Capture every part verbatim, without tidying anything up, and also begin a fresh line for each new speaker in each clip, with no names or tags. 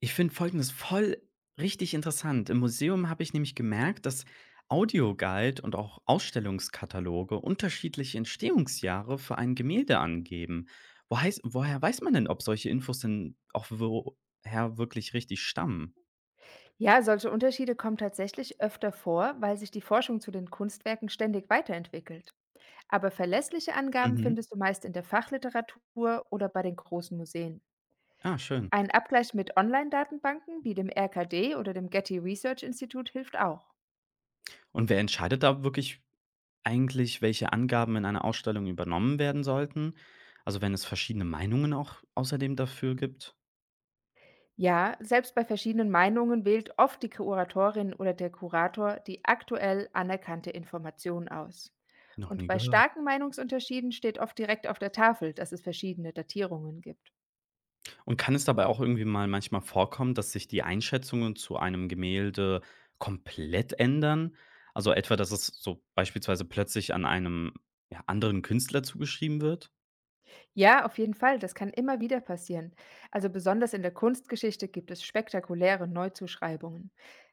Ich finde Folgendes voll richtig interessant. Im Museum habe ich nämlich gemerkt, dass Audioguide und auch Ausstellungskataloge unterschiedliche Entstehungsjahre für ein Gemälde angeben. Wo heißt, woher weiß man denn, ob solche Infos denn auch woher wirklich richtig stammen?
Ja, solche Unterschiede kommen tatsächlich öfter vor, weil sich die Forschung zu den Kunstwerken ständig weiterentwickelt. Aber verlässliche Angaben
Mhm.
findest du meist in der Fachliteratur oder bei den großen Museen.
Ah, schön.
Ein Abgleich mit Online-Datenbanken wie dem R K D oder dem Getty Research Institute hilft auch.
Und wer entscheidet da wirklich eigentlich, welche Angaben in einer Ausstellung übernommen werden sollten? Also wenn es verschiedene Meinungen auch außerdem dafür gibt?
Ja, selbst bei verschiedenen Meinungen wählt oft die Kuratorin oder der Kurator die aktuell anerkannte Information aus.
Noch
Und
nie
bei
gehört.
starken Meinungsunterschieden steht oft direkt auf der Tafel, dass es verschiedene Datierungen gibt.
Und kann es dabei auch irgendwie mal manchmal vorkommen, dass sich die Einschätzungen zu einem Gemälde komplett ändern? Also etwa, dass es so beispielsweise plötzlich an einem, ja, anderen Künstler zugeschrieben wird?
Ja, auf jeden Fall, das kann immer wieder passieren. Also besonders in der Kunstgeschichte gibt es spektakuläre Neuzuschreibungen.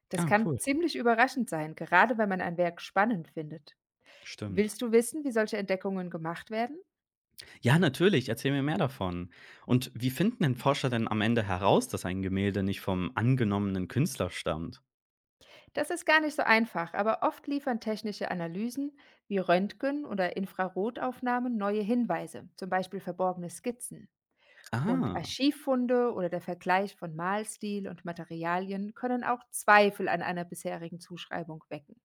Das
Ah,
kann
cool.
ziemlich überraschend sein, gerade wenn man ein Werk spannend findet.
Stimmt.
Willst du wissen, wie solche Entdeckungen gemacht werden?
Ja, natürlich, erzähl mir mehr davon. Und wie finden denn Forscher denn am Ende heraus, dass ein Gemälde nicht vom angenommenen Künstler stammt?
Das ist gar nicht so einfach, aber oft liefern technische Analysen wie Röntgen- oder Infrarotaufnahmen neue Hinweise, zum Beispiel verborgene Skizzen. Und
Ah.
Archivfunde oder der Vergleich von Malstil und Materialien können auch Zweifel an einer bisherigen Zuschreibung wecken.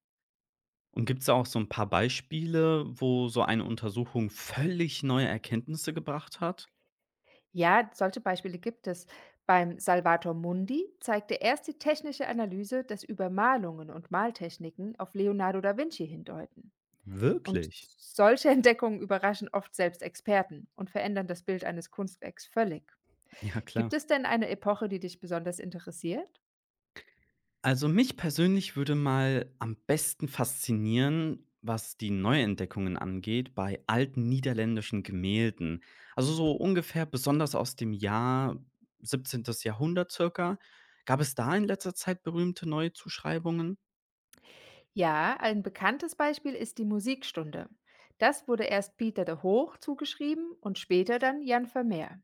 Und gibt es auch so ein paar Beispiele, wo so eine Untersuchung völlig neue Erkenntnisse gebracht hat?
Ja, solche Beispiele gibt es. Beim Salvator Mundi zeigte erst die technische Analyse, dass Übermalungen und Maltechniken auf Leonardo da Vinci hindeuten. Und
Wirklich?
solche Entdeckungen überraschen oft selbst Experten und verändern das Bild eines Kunstwerks völlig.
Ja, klar.
Gibt es denn eine Epoche, die dich besonders interessiert?
Also, mich persönlich würde mal am besten faszinieren, was die Neuentdeckungen angeht, bei alten niederländischen Gemälden. Also, so ungefähr besonders aus dem Jahr siebzehntes Jahrhundert circa. Gab es da in letzter Zeit berühmte neue Zuschreibungen?
Ja, ein bekanntes Beispiel ist die Musikstunde. Das wurde erst Pieter de Hoog zugeschrieben und später dann Jan Vermeer.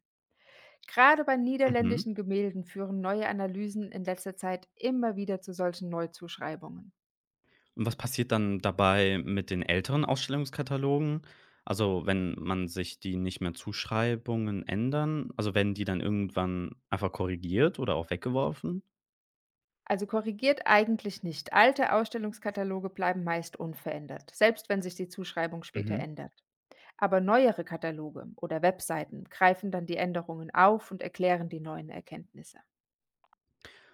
Gerade bei
Mhm.
niederländischen Gemälden führen neue Analysen in letzter Zeit immer wieder zu solchen Neuzuschreibungen.
Und was passiert dann dabei mit den älteren Ausstellungskatalogen? Also, wenn man sich die nicht mehr Zuschreibungen ändern? Also, werden die dann irgendwann einfach korrigiert oder auch weggeworfen?
Also korrigiert eigentlich nicht. Alte Ausstellungskataloge bleiben meist unverändert, selbst wenn sich die Zuschreibung später
Mhm.
ändert. Aber neuere Kataloge oder Webseiten greifen dann die Änderungen auf und erklären die neuen Erkenntnisse.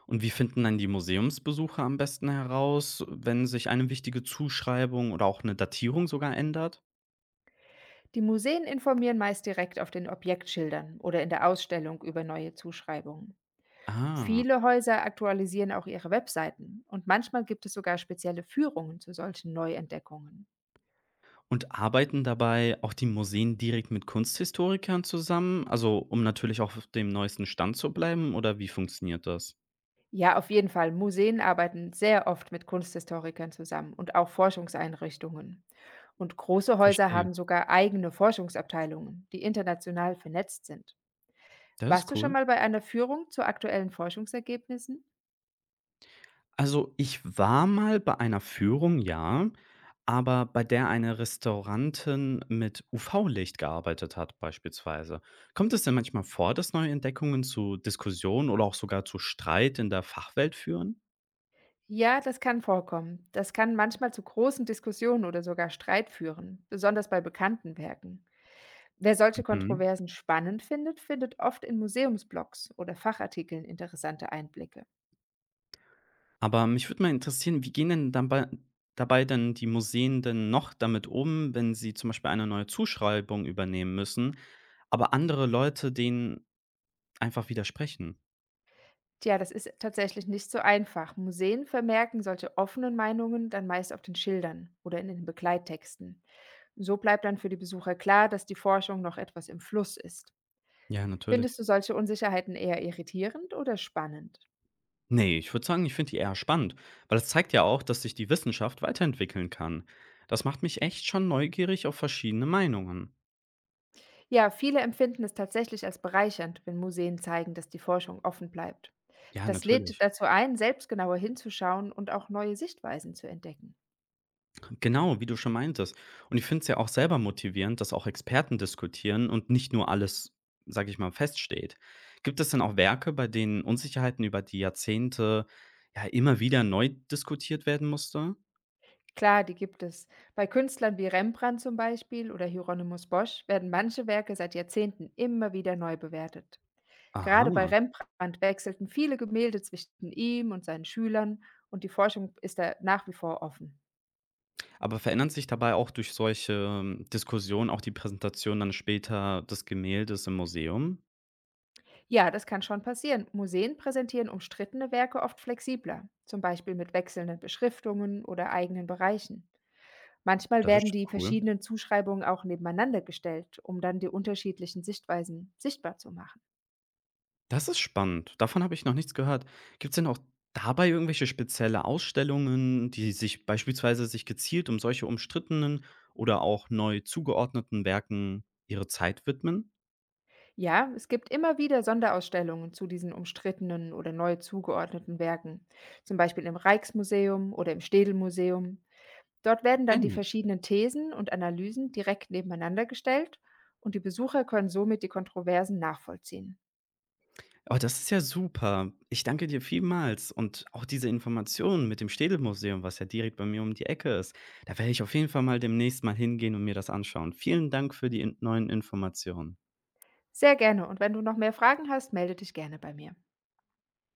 Und wie finden dann die Museumsbesucher am besten heraus, wenn sich eine wichtige Zuschreibung oder auch eine Datierung sogar ändert?
Die Museen informieren meist direkt auf den Objektschildern oder in der Ausstellung über neue Zuschreibungen.
Ah,
Viele Häuser aktualisieren auch ihre Webseiten und manchmal gibt es sogar spezielle Führungen zu solchen Neuentdeckungen.
und arbeiten dabei auch die Museen direkt mit Kunsthistorikern zusammen? Also, um natürlich auch auf dem neuesten Stand zu bleiben oder wie funktioniert das?
Ja, auf jeden Fall. Museen arbeiten sehr oft mit Kunsthistorikern zusammen und auch Forschungseinrichtungen. Und große Häuser
Verstehe.
haben sogar eigene Forschungsabteilungen, die international vernetzt sind.
Das ist
Warst du schon
cool.
mal bei einer Führung zu aktuellen Forschungsergebnissen?
Also, ich war mal bei einer Führung, ja, aber bei der eine Restaurantin mit u v-Licht gearbeitet hat beispielsweise. Kommt es denn manchmal vor, dass neue Entdeckungen zu Diskussionen oder auch sogar zu Streit in der Fachwelt führen?
Ja, das kann vorkommen. Das kann manchmal zu großen Diskussionen oder sogar Streit führen, besonders bei bekannten Werken. Wer solche
Mhm.
Kontroversen spannend findet, findet oft in Museumsblogs oder Fachartikeln interessante Einblicke.
Aber mich würde mal interessieren, wie gehen denn dabei, dabei denn die Museen denn noch damit um, wenn sie zum Beispiel eine neue Zuschreibung übernehmen müssen, aber andere Leute denen einfach widersprechen?
Tja, das ist tatsächlich nicht so einfach. Museen vermerken solche offenen Meinungen dann meist auf den Schildern oder in den Begleittexten. So bleibt dann für die Besucher klar, dass die Forschung noch etwas im Fluss ist.
Ja, natürlich.
Findest du solche Unsicherheiten eher irritierend oder spannend?
Nee, ich würde sagen, ich finde die eher spannend, weil es zeigt ja auch, dass sich die Wissenschaft weiterentwickeln kann. Das macht mich echt schon neugierig auf verschiedene Meinungen.
Ja, viele empfinden es tatsächlich als bereichernd, wenn Museen zeigen, dass die Forschung offen bleibt.
Ja,
Das lädt
natürlich.
dazu ein, selbst genauer hinzuschauen und auch neue Sichtweisen zu entdecken.
Genau, wie du schon meintest. Und ich finde es ja auch selber motivierend, dass auch Experten diskutieren und nicht nur alles, sage ich mal, feststeht. Gibt es denn auch Werke, bei denen Unsicherheiten über die Jahrzehnte ja immer wieder neu diskutiert werden musste?
Klar, die gibt es. Bei Künstlern wie Rembrandt zum Beispiel oder Hieronymus Bosch werden manche Werke seit Jahrzehnten immer wieder neu bewertet. Gerade bei
Aha.
Rembrandt wechselten viele Gemälde zwischen ihm und seinen Schülern und die Forschung ist da nach wie vor offen.
Aber verändern sich dabei auch durch solche, ähm, Diskussionen auch die Präsentation dann später des Gemäldes im Museum?
Ja, das kann schon passieren. Museen präsentieren umstrittene Werke oft flexibler, zum Beispiel mit wechselnden Beschriftungen oder eigenen Bereichen. Manchmal
Das
werden
ist
die
cool.
verschiedenen Zuschreibungen auch nebeneinander gestellt, um dann die unterschiedlichen Sichtweisen sichtbar zu machen.
Das ist spannend. Davon habe ich noch nichts gehört. Gibt es denn auch dabei irgendwelche spezielle Ausstellungen, die sich beispielsweise sich gezielt um solche umstrittenen oder auch neu zugeordneten Werken ihre Zeit widmen?
Ja, es gibt immer wieder Sonderausstellungen zu diesen umstrittenen oder neu zugeordneten Werken, zum Beispiel im Rijksmuseum oder im Städelmuseum. Dort werden dann die
Ähnlich.
verschiedenen Thesen und Analysen direkt nebeneinander gestellt und die Besucher können somit die Kontroversen nachvollziehen.
Oh, das ist ja super. Ich danke dir vielmals und auch diese Informationen mit dem Städelmuseum, was ja direkt bei mir um die Ecke ist. Da werde ich auf jeden Fall mal demnächst mal hingehen und mir das anschauen. Vielen Dank für die in neuen Informationen.
Sehr gerne und wenn du noch mehr Fragen hast, melde dich gerne bei mir.